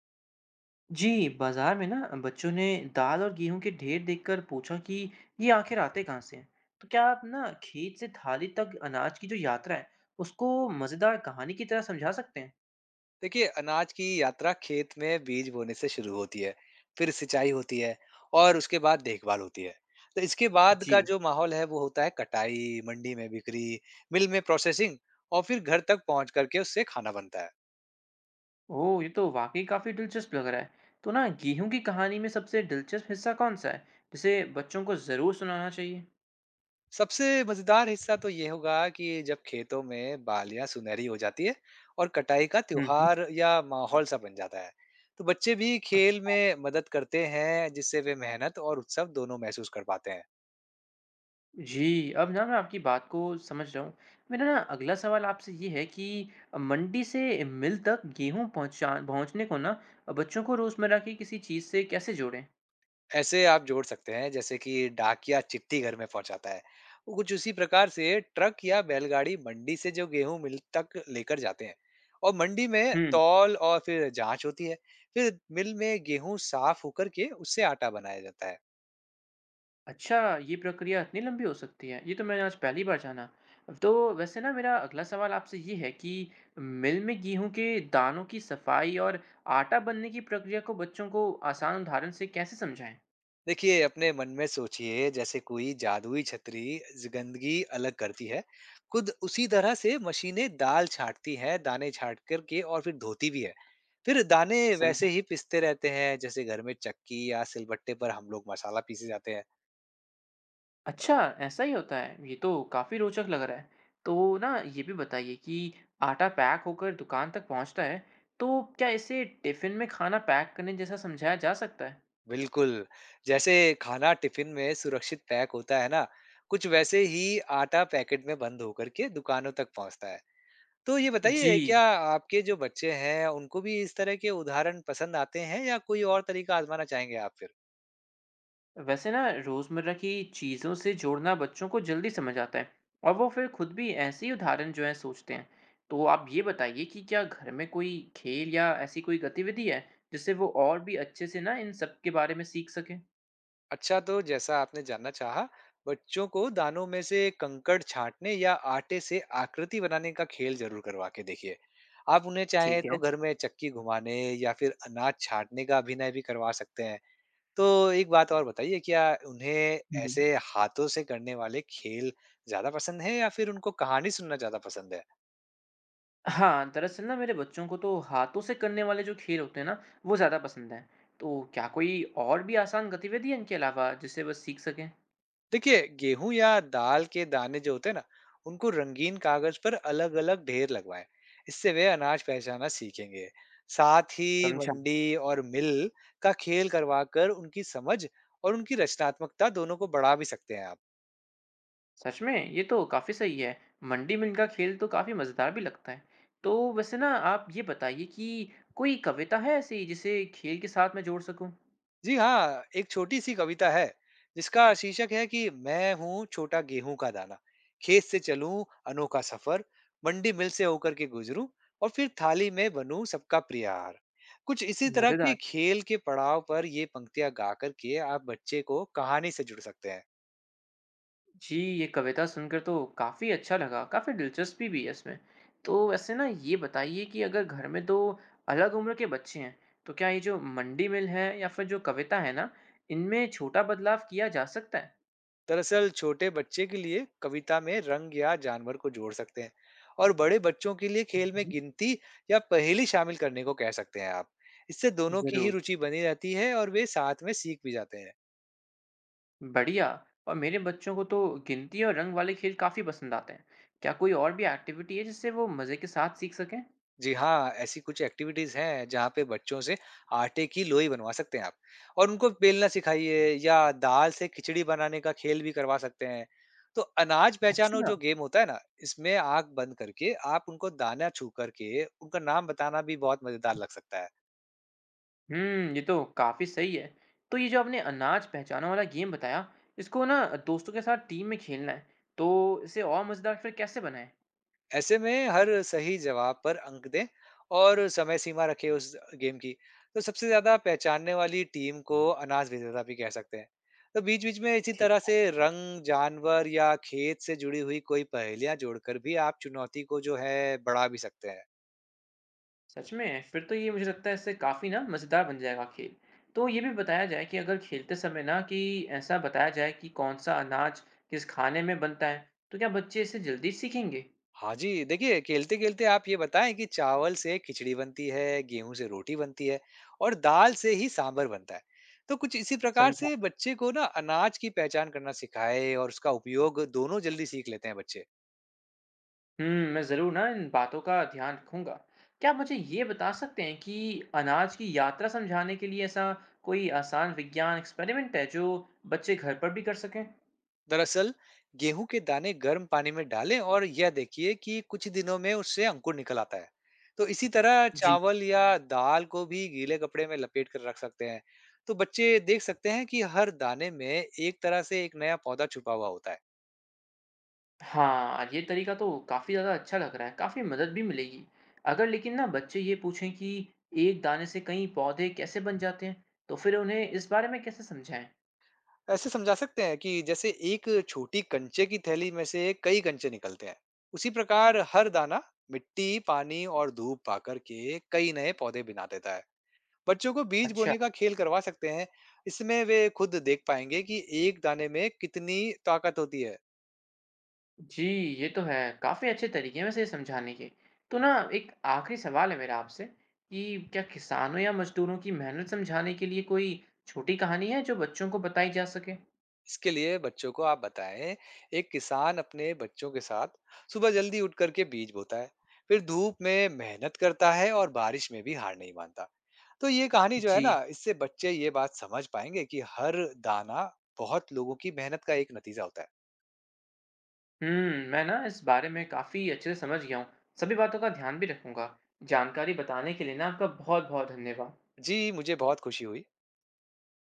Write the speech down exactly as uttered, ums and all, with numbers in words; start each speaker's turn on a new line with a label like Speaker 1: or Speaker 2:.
Speaker 1: जी बाजार में ना बच्चों ने दाल और गेहूं के ढेर देखकर पूछा कि ये आखिर आते कहाँ से हैं। तो क्या आप ना खेत से थाली तक अनाज की जो यात्रा है उसको मजेदार कहानी की तरह समझा सकते हैं?
Speaker 2: देखिए, अनाज की यात्रा खेत में बीज बोने से शुरू होती है। फिर सिंचाई होती है और उसके बाद देखभाल होती है। तो इसके बाद का
Speaker 1: जी।
Speaker 2: जो माहौल है वो होता है कटाई, मंडी में बिक्री, मिल में प्रोसेसिंग, और फिर घर तक पहुंच करके उससे खाना बनता है।
Speaker 1: ओह ये तो वाकई काफी दिलचस्प लग रहा है। तो ना गेहूं की कहानी में सबसे दिलचस्प हिस्सा कौन सा है जिसे बच्चों को जरूर सुनाना चाहिए?
Speaker 2: सबसे मजेदार हिस्सा तो ये होगा कि जब खेतों में बालियां सुनहरी हो जाती है और कटाई का
Speaker 1: हम्म हम्म।
Speaker 2: त्योहार या माहौल सा बन जाता है। तो बच्चे भी खेल
Speaker 1: अच्छा।
Speaker 2: में मदद करते हैं जिससे वे मेहनत और उत्सव दोनों महसूस कर पाते हैं।
Speaker 1: जी, अब ना मैं आपकी बात को समझ रहा हूँ। मेरा ना अगला सवाल आपसे ये है कि मंडी से मिल तक गेहूँ पहुँचा पहुँचने को ना बच्चों को रोज़मर्रा की किसी चीज़ से कैसे जोड़ें?
Speaker 2: ऐसे आप जोड़ सकते हैं जैसे कि डाकिया चिट्ठी घर में पहुंचाता है, वो कुछ उसी प्रकार से ट्रक या बैलगाड़ी मंडी से जो गेहूं मिल तक लेकर जाते हैं। और मंडी में
Speaker 1: हम्म।
Speaker 2: तौल और फिर जांच होती है। फिर मिल में गेहूं साफ होकर के उससे आटा बनाया जाता है।
Speaker 1: अच्छा, ये प्रक्रिया इतनी लंबी हो सकती है? ये तो मैंने आज पहली बार जाना। तो वैसे ना मेरा अगला सवाल आपसे ये है कि मिल में गेहूँ के दानों की सफाई और आटा बनने की प्रक्रिया को बच्चों को आसान उदाहरण से कैसे समझाएँ?
Speaker 2: देखिए, अपने मन में सोचिए जैसे कोई जादुई छतरी ज- गंदगी अलग करती है। खुद उसी तरह से मशीनें दाल छांटती हैं, दाने छांट करके, और फिर धोती भी है। फिर दाने
Speaker 1: समझे।
Speaker 2: वैसे ही पिसते रहते हैं जैसे घर में चक्की या सिलबट्टे पर हम लोग मसाला पीसे जाते हैं।
Speaker 1: अच्छा, ऐसा ही होता है। ये तो काफ़ी रोचक लग रहा है। तो ना ये भी बताइए कि आटा पैक होकर दुकान तक पहुँचता है, तो क्या इसे टिफ़िन में खाना पैक करने जैसा समझाया जा सकता है?
Speaker 2: बिल्कुल। जैसे खाना टिफिन में सुरक्षित पैक होता है ना, कुछ वैसे ही आटा पैकेट में बंद होकर के दुकानों तक पहुंचता है। तो ये बताइए,
Speaker 1: जी,
Speaker 2: क्या आपके जो बच्चे हैं उनको भी इस तरह के उदाहरण पसंद आते हैं या कोई और तरीका आजमाना चाहेंगे आप फिर?
Speaker 1: वैसे ना रोज़मर्रा की चीज़ों से जोड़ना बच्चों को जल्दी समझ आता है और वो फिर खुद भी ऐसे ही उदाहरण जो हैं सोचते हैं। तो आप ये बताइए कि क्या घर में कोई खेल या ऐसी कोई गतिविधि है, जिससे वो और भी अच्छे से ना इन सब के बारे में सीख सकें?
Speaker 2: अच्छा, तो जैसा आपने जानना चाहा, बच्चों को दानों में से कंकड़ छाँटने या आटे से आकृति बनाने का खेल ज़रूर करवा के देखिए। आप उन्हें चाहें
Speaker 1: ठीक है।
Speaker 2: तो घर में चक्की घुमाने या फिर अनाज छाँटने का अभिनय भी करवा सकते हैं। तो एक बात और बताइए, क्या उन्हें
Speaker 1: हुँ।
Speaker 2: ऐसे हाथों से करने वाले खेल ज़्यादा पसंद है या फिर उनको कहानी सुनना ज़्यादा पसंद है?
Speaker 1: हाँ, दरअसल ना मेरे बच्चों को तो हाथों से करने वाले जो खेल होते हैं ना, वो ज़्यादा पसंद हैं। तो क्या कोई और भी आसान गतिविधि है इनके अलावा जिससे वो सीख सकें?
Speaker 2: देखिए, गेहूं या दाल के दाने जो होते हैं ना, उनको रंगीन कागज पर अलग अलग ढेर लगवाएं। इससे वे अनाज पहचानना सीखेंगे। साथ ही
Speaker 1: समझा।
Speaker 2: मंडी और मिल का खेल करवा कर उनकी समझ और उनकी रचनात्मकता दोनों को बढ़ा भी सकते हैं आप।
Speaker 1: सच में ये तो काफ़ी सही है। मंडी में इनका खेल तो काफ़ी मज़ेदार भी लगता है। तो वैसे ना आप ये बताइए कि कोई कविता है ऐसी जिसे खेल के साथ मैं जोड़ सकूं?
Speaker 2: जी हाँ, एक छोटी-सी कविता है, जिसका शीर्षक है कि मैं हूँ छोटा गेहूँ का दाना, खेत से चलूँ अनोखा सफर, मंडी मिल से होकर के गुजरूँ और फिर थाली में बनूँ सबका प्रिय आहार। कुछ इसी तरह
Speaker 1: मज़ेदार।
Speaker 2: के खेल के पड़ाव पर ये पंक्तियाँ गा कर के आप बच्चे को कहानी से जुड़ सकते हैं।
Speaker 1: जी, ये कविता सुनकर तो काफ़ी अच्छा लगा, काफ़ी दिलचस्पी भी है इसमें। तो वैसे ना ये बताइए कि अगर घर में दो अलग उम्र के बच्चे हैं, तो क्या ये जो मंडी मिल है या फिर जो कविता है ना, इनमें छोटा बदलाव किया जा सकता है?
Speaker 2: दरअसल छोटे बच्चे के लिए कविता में रंग या जानवर को जोड़ सकते हैं और बड़े बच्चों के लिए खेल में
Speaker 1: मम्म।
Speaker 2: गिनती या पहेली शामिल करने को कह सकते हैं आप। इससे दोनों की ही
Speaker 1: ज़रूर।
Speaker 2: रुचि बनी रहती है और वे साथ में सीख भी जाते हैं।
Speaker 1: बढ़िया। और मेरे बच्चों को तो गिनती और रंग वाले खेल काफ़ी पसंद आते हैं। क्या कोई और भी एक्टिविटी है जिससे वो मज़े के साथ सीख सकें?
Speaker 2: जी हाँ, ऐसी कुछ एक्टिविटीज़ हैं जहाँ पे बच्चों से आटे की लोई बनवा सकते हैं आप, और उनको बेलना सिखाइए या दाल से खिचड़ी बनाने का खेल भी करवा सकते हैं। तो अनाज पहचानो
Speaker 1: अच्छा।
Speaker 2: जो गेम होता है ना, इसमें आँख बंद करके आप उनको दाना छू करके उनका नाम बताना भी बहुत मज़ेदार लग सकता है।
Speaker 1: हुँ, ये तो काफ़ी सही है। तो ये जो आपने अनाज पहचानो वाला गेम बताया, इसको ना दोस्तों के साथ टीम में खेलना है, तो इसे और मज़ेदार फिर कैसे बनाएँ?
Speaker 2: ऐसे में हर सही जवाब पर अंक दें और समय सीमा रखें उस गेम की। तो सबसे ज़्यादा पहचानने वाली टीम को अनाज विजेता भी कह सकते हैं। तो बीच-बीच में इसी
Speaker 1: ठीक।
Speaker 2: तरह से रंग, जानवर या खेत से जुड़ी हुई कोई पहेलियाँ जोड़कर भी आप चुनौती को जो है बढ़ा भी सकते हैं।
Speaker 1: सच में? फिर तो ये मुझे लगता है इससे काफ़ी ना मज़ेदार बन जाएगा खेल। तो ये भी बताया जाए कि अगर खेलते समय ना कि ऐसा बताया जाए कि कौन-सा अनाज किस खाने में बनता है, तो क्या बच्चे इसे जल्दी सीखेंगे?
Speaker 2: हाँ जी, देखिए खेलते-खेलते आप ये बताएँ कि चावल से खिचड़ी बनती है, गेहूँ से रोटी बनती है और दाल से ही सांभर बनता है। तो कुछ इसी प्रकार
Speaker 1: समझा।
Speaker 2: से बच्चे को ना अनाज की पहचान करना सिखाएँ और उसका उपयोग दोनों जल्दी सीख लेते हैं बच्चे।
Speaker 1: हम्म, मैं ज़रूर ना इन बातों का ध्यान रखूँगा। क्या आप मुझे ये बता सकते हैं कि अनाज की यात्रा समझाने के लिए ऐसा कोई आसान विज्ञान एक्सपेरिमेंट है जो बच्चे घर पर भी कर सकें?
Speaker 2: दरअसल गेहूँ के दाने गर्म पानी में डालें और यह देखिए कि कुछ दिनों में उससे अंकुर निकल आता है। तो इसी तरह
Speaker 1: जी।
Speaker 2: चावल या दाल को भी गीले कपड़े में लपेट कर रख सकते हैं। तो बच्चे देख सकते हैं कि हर दाने में एक तरह से एक नया पौधा छुपा हुआ होता है।
Speaker 1: हाँ, ये तरीका तो काफ़ी ज़्यादा अच्छा लग रहा है, काफ़ी मदद भी मिलेगी। अगर लेकिन ना बच्चे ये पूछें कि एक दाने से कई पौधे कैसे बन जाते हैं, तो फिर उन्हें इस बारे में कैसे समझाएं?
Speaker 2: ऐसे समझा सकते हैं कि जैसे एक छोटी कंचे की थैली में से कई कंचे निकलते हैं, उसी प्रकार हर दाना मिट्टी, पानी और धूप पाकर के कई नए पौधे बना देता है। बच्चों को बीज
Speaker 1: अच्छा।
Speaker 2: बोने का खेल करवा सकते हैं, इसमें वे खुद देख पाएंगे कि एक दाने में कितनी ताकत होती है।
Speaker 1: जी, ये तो है। काफ़ी अच्छे तरीके हैं वैसे ये समझाने के। तो ना एक आखिरी सवाल है मेरा आपसे कि क्या किसानों या मज़दूरों की मेहनत समझाने के लिए कोई छोटी कहानी है जो बच्चों को बताई जा सके?
Speaker 2: इसके लिए बच्चों को आप बताएं, एक किसान अपने बच्चों के साथ सुबह जल्दी उठ करके बीज बोता है, फिर धूप में मेहनत करता है और बारिश में भी हार नहीं मानता। तो ये कहानी जो है
Speaker 1: जी।
Speaker 2: ना, इससे बच्चे ये बात समझ पाएंगे कि हर दाना बहुत लोगों की मेहनत का एक नतीजा होता है।
Speaker 1: हम्म, मैं ना इस बारे में काफ़ी अच्छे से समझ गया हूँ। सभी बातों का ध्यान भी रखूंगा। जानकारी बताने के लिए ना आपका बहुत-बहुत धन्यवाद।
Speaker 2: जी, मुझे बहुत खुशी हुई।